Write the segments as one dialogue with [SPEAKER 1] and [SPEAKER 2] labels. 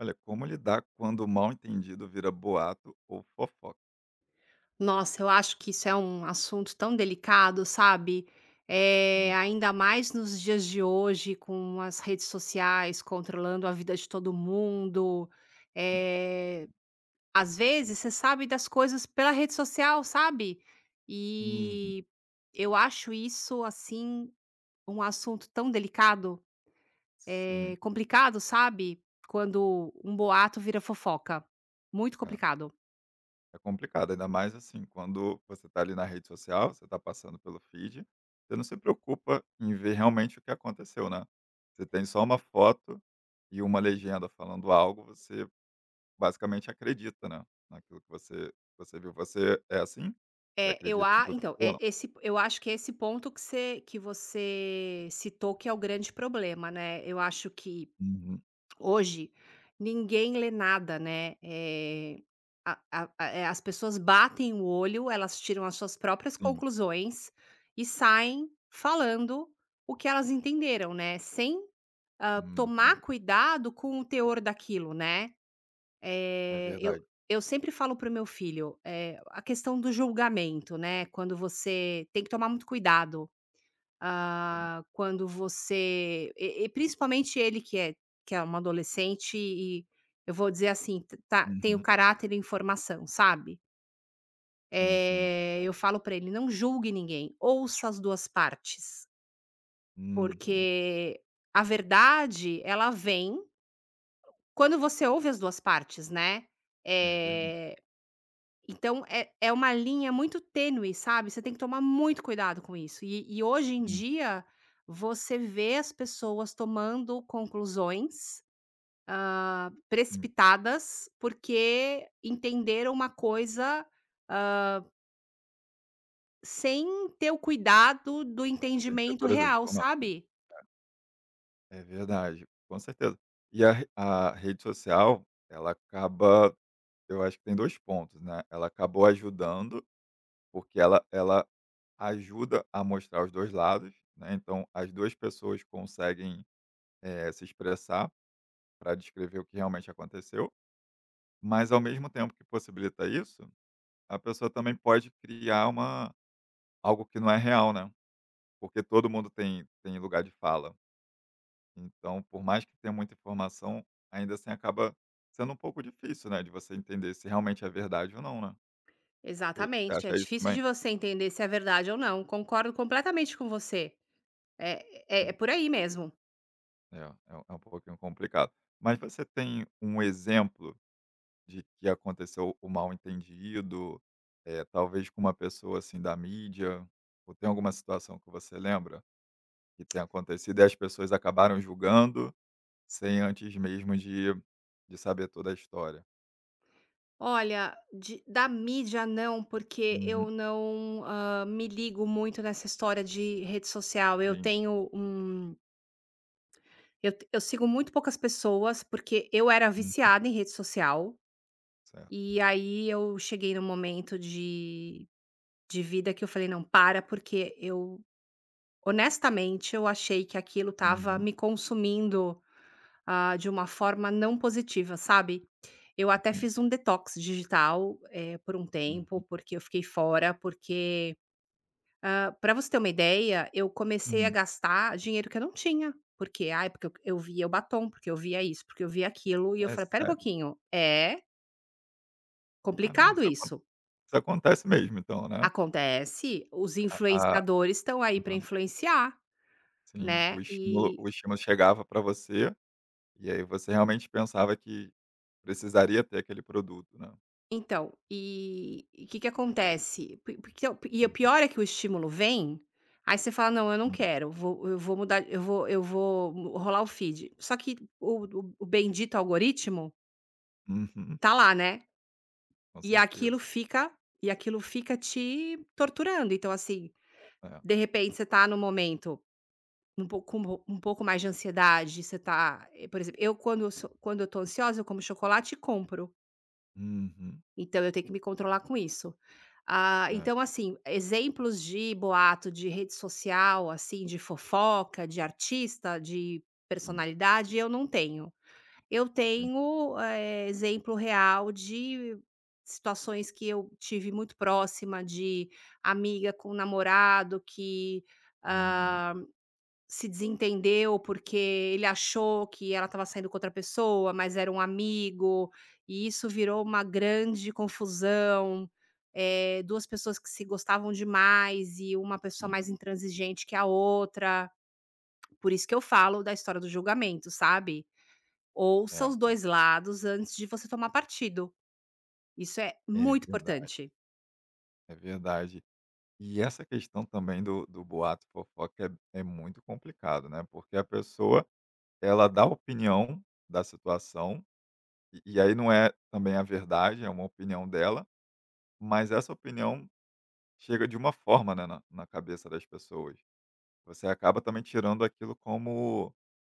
[SPEAKER 1] Olha, como lidar quando o mal entendido vira boato ou fofoca?
[SPEAKER 2] Nossa, eu acho que isso é um assunto tão delicado, sabe?
[SPEAKER 1] Hum,
[SPEAKER 2] Ainda mais nos dias de hoje, com as redes sociais controlando a vida de todo mundo.
[SPEAKER 1] hum.
[SPEAKER 2] Eh, Às vezes você sabe das coisas pela rede social, sabe?
[SPEAKER 1] Uhum.
[SPEAKER 2] E eu acho isso, assim, um assunto tão delicado,
[SPEAKER 1] Sim,
[SPEAKER 2] complicado, sabe? Quando um boato vira fofoca. Muito
[SPEAKER 1] é,
[SPEAKER 2] complicado.
[SPEAKER 1] é complicado, ainda mais assim, quando você está ali na rede social, você está passando pelo feed, você não se preocupa em ver realmente o que aconteceu, né? Você tem só uma foto e uma legenda falando algo, você basicamente acredita, né? Naquilo que você viu. Você é assim? Você
[SPEAKER 2] É, eu
[SPEAKER 1] acredita em
[SPEAKER 2] a
[SPEAKER 1] tudo que
[SPEAKER 2] então,
[SPEAKER 1] viu ou
[SPEAKER 2] é
[SPEAKER 1] não?
[SPEAKER 2] esse eu acho que é esse ponto que você citou que é o grande problema, né. Eu acho que
[SPEAKER 1] Uhum,
[SPEAKER 2] hoje ninguém lê nada, né, a as pessoas batem o olho, elas tiram as suas próprias
[SPEAKER 1] sim.
[SPEAKER 2] conclusões e saem falando o que elas entenderam, né, sem,
[SPEAKER 1] Uhum,
[SPEAKER 2] tomar cuidado com o teor daquilo, né.
[SPEAKER 1] é
[SPEAKER 2] Eh, eu
[SPEAKER 1] verdade.
[SPEAKER 2] eu sempre falo pro meu filho, a questão do julgamento, né, quando você tem que tomar muito cuidado,
[SPEAKER 1] Sim.
[SPEAKER 2] ah, quando você principalmente ele que é uma adolescente e eu vou dizer assim, t tá tem o
[SPEAKER 1] Uhum,
[SPEAKER 2] caráter em formação, sabe.
[SPEAKER 1] sim, sim.
[SPEAKER 2] Eu falo para ele: "Não julgue ninguém, ouça as 2 partes",
[SPEAKER 1] Uhum.
[SPEAKER 2] porque a verdade ela vem quando você ouve as 2 partes, né.
[SPEAKER 1] É verdade.
[SPEAKER 2] Eh Então é uma linha muito tênue, sabe, você tem que tomar muito cuidado com isso. Hoje em
[SPEAKER 1] Sim,
[SPEAKER 2] dia, você vê as pessoas tomando conclusões
[SPEAKER 1] sim.
[SPEAKER 2] precipitadas, porque entenderam uma coisa, ah, sem ter o cuidado do
[SPEAKER 1] Você tem
[SPEAKER 2] entendimento
[SPEAKER 1] todas as
[SPEAKER 2] real,
[SPEAKER 1] informações.
[SPEAKER 2] sabe.
[SPEAKER 1] É verdade, com certeza. E a rede social, ela acaba, eu acho que tem 2 pontos, né, ela acabou ajudando, porque ela ajuda a mostrar os 2 lados, né, então as 2 pessoas conseguem, se expressar para descrever o que realmente aconteceu, mas ao mesmo tempo que possibilita isso, a pessoa também pode criar uma, algo que não é real, né, porque todo mundo tem lugar de fala. Então, por mais que tenha muita informação, ainda assim acaba sendo um pouco difícil, né, de você entender se realmente é verdade ou não, né. Eu Você
[SPEAKER 2] Exatamente, é
[SPEAKER 1] acha isso
[SPEAKER 2] difícil
[SPEAKER 1] também?
[SPEAKER 2] de você entender se é verdade ou não, concordo completamente com você. É É
[SPEAKER 1] Hum,
[SPEAKER 2] por aí mesmo.
[SPEAKER 1] é, é um pouquinho complicado. Mas você tem um exemplo de que aconteceu o mal-entendido, talvez com uma pessoa, assim, da mídia, ou tem alguma situação que você lembra que tenha acontecido e as pessoas acabaram julgando sem antes mesmo de saber toda a história?
[SPEAKER 2] Olha, de da mídia não, porque eu
[SPEAKER 1] Uhum,
[SPEAKER 2] não, me ligo muito nessa história de rede social. Eu
[SPEAKER 1] sim.
[SPEAKER 2] tenho um eu sigo muito poucas pessoas, porque eu era
[SPEAKER 1] Uhum,
[SPEAKER 2] viciada em rede social,
[SPEAKER 1] certo.
[SPEAKER 2] e aí eu cheguei num momento de vida que eu falei: "Não, para", porque eu honestamente eu achei que aquilo estava
[SPEAKER 1] Uhum.
[SPEAKER 2] me consumindo. Ah, de uma forma não positiva, sabe. Eu até
[SPEAKER 1] Entendi.
[SPEAKER 2] fiz um detox digital, por um tempo,
[SPEAKER 1] Uhum,
[SPEAKER 2] porque eu fiquei fora, porque para você ter uma ideia, eu comecei a
[SPEAKER 1] hum.
[SPEAKER 2] gastar dinheiro que eu não tinha, porque, ai, porque eu via o batom, porque eu via isso, porque eu via aquilo, e eu
[SPEAKER 1] É
[SPEAKER 2] falei: "Espera um
[SPEAKER 1] sério?
[SPEAKER 2] pouquinho, é
[SPEAKER 1] Caramba,
[SPEAKER 2] complicado isso".
[SPEAKER 1] isso acontece mesmo então, né?
[SPEAKER 2] Acontece, os
[SPEAKER 1] A a
[SPEAKER 2] influenciadores estão aí para
[SPEAKER 1] Uhum,
[SPEAKER 2] influenciar,
[SPEAKER 1] sim,
[SPEAKER 2] né,
[SPEAKER 1] o estímulo
[SPEAKER 2] e
[SPEAKER 1] o estímulo chegava pra você, e aí você realmente pensava que precisaria ter aquele produto, né?
[SPEAKER 2] então, e o que que acontece? Porque o
[SPEAKER 1] Uhum,
[SPEAKER 2] pior é que o estímulo vem, aí você fala: "Não, eu não
[SPEAKER 1] hum.
[SPEAKER 2] quero, vou eu vou mudar, eu vou rolar o feed". Só que o bendito algoritmo
[SPEAKER 1] Uhum,
[SPEAKER 2] tá lá, né,
[SPEAKER 1] com
[SPEAKER 2] e aquilo
[SPEAKER 1] certeza.
[SPEAKER 2] fica te torturando. Então, assim,
[SPEAKER 1] É.
[SPEAKER 2] de repente você tá num momento um pouco um pouco mais de ansiedade, você tá, eh, por exemplo, eu quando eu sou quando eu tô ansiosa, eu como chocolate e compro.
[SPEAKER 1] Uhum.
[SPEAKER 2] Então eu tenho que me controlar com isso. Ah,
[SPEAKER 1] É,
[SPEAKER 2] então assim, exemplos de boato de rede social, assim, de fofoca, de artista, de
[SPEAKER 1] sim,
[SPEAKER 2] personalidade, eu não tenho. Eu
[SPEAKER 1] sim.
[SPEAKER 2] tenho, exemplo real de situações que eu tive muito próxima de amiga com namorado que,
[SPEAKER 1] Uhum,
[SPEAKER 2] ah, se desentendeu, porque ele achou que ela estava saindo com outra pessoa, mas era um amigo, e isso virou uma grande confusão, 2 pessoas que se gostavam demais e uma pessoa
[SPEAKER 1] sim.
[SPEAKER 2] mais intransigente que a outra. Por isso que eu falo da história do julgamento, sabe. Ouça
[SPEAKER 1] É,
[SPEAKER 2] os
[SPEAKER 1] é.
[SPEAKER 2] dois lados antes de você tomar partido, isso é
[SPEAKER 1] É
[SPEAKER 2] muito
[SPEAKER 1] verdade,
[SPEAKER 2] importante.
[SPEAKER 1] é verdade. E essa questão também do boato, fofoca é muito complicado, né, porque a pessoa ela dá opinião da situação, e aí não é também a verdade, é uma opinião dela, mas essa opinião chega de uma forma, né, na cabeça das pessoas. Você acaba também tirando aquilo como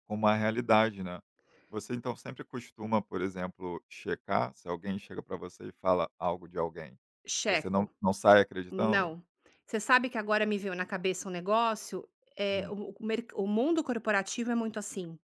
[SPEAKER 1] como a realidade, né. Você então sempre costuma, por exemplo, checar se alguém chega para você e fala algo de alguém, você não
[SPEAKER 2] Checo.
[SPEAKER 1] não sai acreditando?
[SPEAKER 2] Não. Você sabe que agora me veio na cabeça um negócio. É
[SPEAKER 1] Hum,
[SPEAKER 2] o merc o mundo corporativo é muito assim,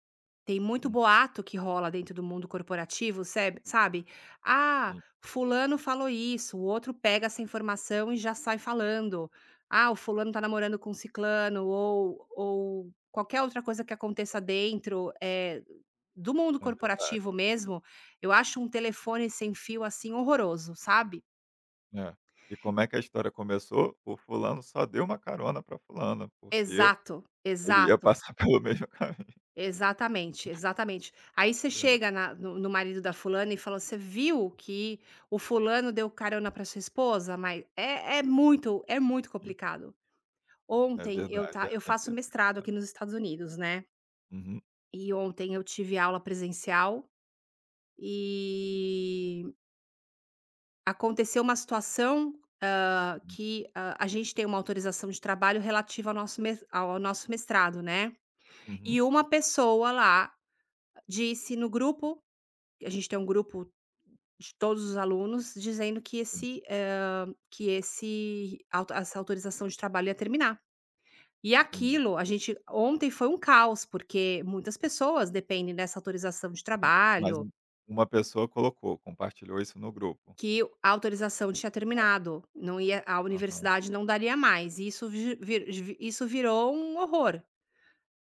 [SPEAKER 2] tem muito
[SPEAKER 1] hum,
[SPEAKER 2] boato que rola dentro do mundo corporativo, seb sabe? "Ah,
[SPEAKER 1] sim,
[SPEAKER 2] fulano falou isso", o outro pega essa informação e já sai falando. "Ah, o fulano tá namorando com ciclano", ou qualquer outra coisa que aconteça dentro, do mundo
[SPEAKER 1] é verdade.
[SPEAKER 2] corporativo mesmo, eu acho um telefone sem fio, assim, horroroso, sabe?
[SPEAKER 1] É. E como é que a história começou? O fulano só deu uma carona para fulana, porque
[SPEAKER 2] Exato,
[SPEAKER 1] ele ia
[SPEAKER 2] exato.
[SPEAKER 1] passar pelo mesmo caminho,
[SPEAKER 2] Exatamente, exatamente. Aí você
[SPEAKER 1] é verdade.
[SPEAKER 2] chega na no marido da fulana e fala: "Você viu que o fulano deu carona para sua esposa?" Mas muito muito
[SPEAKER 1] Sim,
[SPEAKER 2] complicado.
[SPEAKER 1] é
[SPEAKER 2] Ontem
[SPEAKER 1] verdade, é,
[SPEAKER 2] eu
[SPEAKER 1] tem que
[SPEAKER 2] faço
[SPEAKER 1] sempre
[SPEAKER 2] mestrado
[SPEAKER 1] catar.
[SPEAKER 2] aqui nos Estados Unidos, né,
[SPEAKER 1] Uhum,
[SPEAKER 2] e ontem eu tive aula presencial e aconteceu uma situação,
[SPEAKER 1] hum,
[SPEAKER 2] que a gente tem uma autorização de trabalho relativa ao nosso mes ao nosso mestrado, né,
[SPEAKER 1] uhum,
[SPEAKER 2] e uma pessoa lá disse no grupo, a gente tem um grupo de todos os alunos, dizendo que
[SPEAKER 1] sim,
[SPEAKER 2] esse, que esse auto essa autorização de trabalho ia terminar. E
[SPEAKER 1] entendi.
[SPEAKER 2] aquilo, a gente ontem foi um caos, porque muitas pessoas dependem dessa autorização de
[SPEAKER 1] Aham. Mas
[SPEAKER 2] trabalho,
[SPEAKER 1] uma pessoa colocou, compartilhou isso no grupo.
[SPEAKER 2] que a autorização tinha terminado, não ia, a
[SPEAKER 1] Aham,
[SPEAKER 2] universidade não daria mais, e isso isso virou um horror.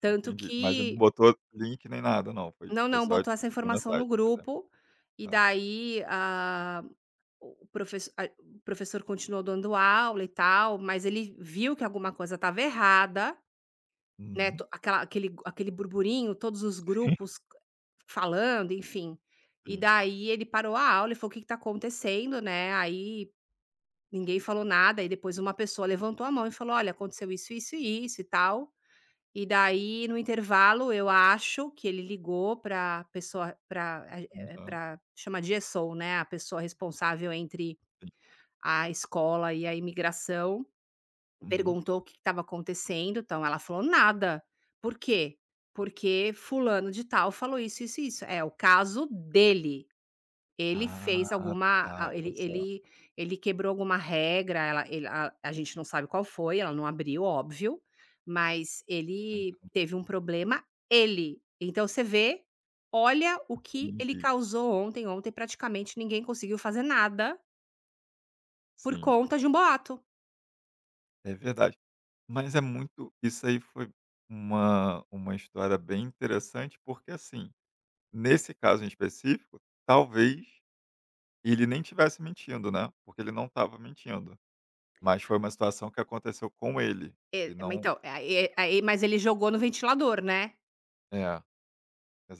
[SPEAKER 2] Tanto
[SPEAKER 1] entendi. Mas ele não
[SPEAKER 2] que
[SPEAKER 1] botou link nem nada não, foi
[SPEAKER 2] não, não,
[SPEAKER 1] só
[SPEAKER 2] botou essa
[SPEAKER 1] uma
[SPEAKER 2] informação no
[SPEAKER 1] mensagem, por exemplo.
[SPEAKER 2] grupo, e
[SPEAKER 1] Tá.
[SPEAKER 2] daí, ah, o professor continuou dando aula e tal, mas ele viu que alguma coisa estava errada, né,
[SPEAKER 1] Uhum.
[SPEAKER 2] to aquela aquele burburinho, todos os grupos falando, enfim. E
[SPEAKER 1] Sim.
[SPEAKER 2] daí ele parou a aula e falou: "O que está acontecendo?", né, aí ninguém falou nada, e depois uma pessoa levantou a mão e falou: "Olha, aconteceu isso, isso e isso e tal". E daí no intervalo, eu acho que ele ligou para pessoa para
[SPEAKER 1] Aham,
[SPEAKER 2] pra, né, a pessoa responsável entre
[SPEAKER 1] sim.
[SPEAKER 2] a escola e a imigração,
[SPEAKER 1] Uhum.
[SPEAKER 2] perguntou o que estava acontecendo, então ela falou: "Nada". "Por quê?". "Porque fulano de tal falou isso, isso isso". "É o caso dele, ele fez
[SPEAKER 1] Ah,
[SPEAKER 2] alguma
[SPEAKER 1] tá,
[SPEAKER 2] a
[SPEAKER 1] olha
[SPEAKER 2] ele
[SPEAKER 1] só.
[SPEAKER 2] ele ele quebrou alguma regra", ela ele a gente não sabe qual foi, ela não abriu, óbvio, mas ele
[SPEAKER 1] Caramba,
[SPEAKER 2] teve um problema, ele. Então você vê, olha o que ele
[SPEAKER 1] entendi.
[SPEAKER 2] causou ontem, ontem praticamente ninguém conseguiu fazer nada por
[SPEAKER 1] Sim,
[SPEAKER 2] conta de um boato.
[SPEAKER 1] é verdade. Mas é muito, isso aí foi uma história bem interessante, porque, assim, nesse caso em específico, talvez ele nem estivesse mentindo, né, porque ele não estava mentindo, mas foi uma situação que aconteceu com ele
[SPEAKER 2] E
[SPEAKER 1] e
[SPEAKER 2] ma
[SPEAKER 1] não,
[SPEAKER 2] então, aí aí mas ele jogou no ventilador, né.
[SPEAKER 1] é,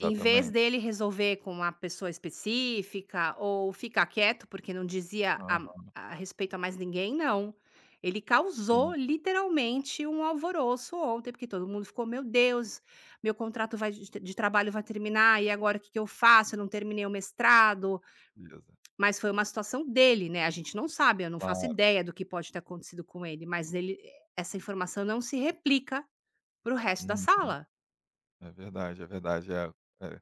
[SPEAKER 2] Em vez dele resolver com uma pessoa específica ou ficar quieto, porque não dizia
[SPEAKER 1] Aham,
[SPEAKER 2] a respeito a mais ninguém, não. Ele causou
[SPEAKER 1] sim,
[SPEAKER 2] literalmente um alvoroço ontem, porque todo mundo ficou: "Meu Deus, meu contrato vai de trabalho vai terminar e agora o que que eu faço? Eu não terminei o mestrado",
[SPEAKER 1] beleza.
[SPEAKER 2] mas foi uma situação dele, né, a gente não sabe, eu não faço
[SPEAKER 1] Claro,
[SPEAKER 2] ideia do que pode ter acontecido com ele, mas ele essa informação não se replica para o resto da
[SPEAKER 1] uhum.
[SPEAKER 2] sala.
[SPEAKER 1] É verdade, é verdade. É, é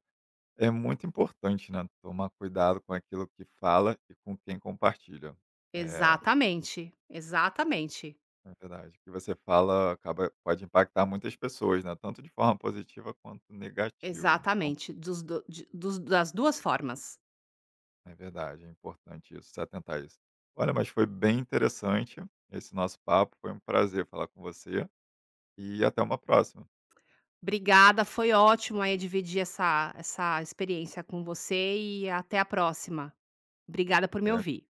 [SPEAKER 1] é muito importante, né, tomar cuidado com aquilo que fala e com quem compartilha. É.
[SPEAKER 2] Exatamente, exatamente,
[SPEAKER 1] É verdade. O que você fala acaba, pode impactar muitas pessoas, né, tanto de forma positiva quanto negativa. Então,
[SPEAKER 2] exatamente, dos do de dos das 2 formas.
[SPEAKER 1] é verdade, é importante isso, se atentar a isso. Olha, mas foi bem interessante esse nosso papo, foi um prazer falar com você e até uma próxima.
[SPEAKER 2] Obrigada, foi ótimo aí dividir essa experiência com você e até a próxima. Obrigada por me
[SPEAKER 1] Até.
[SPEAKER 2] ouvir.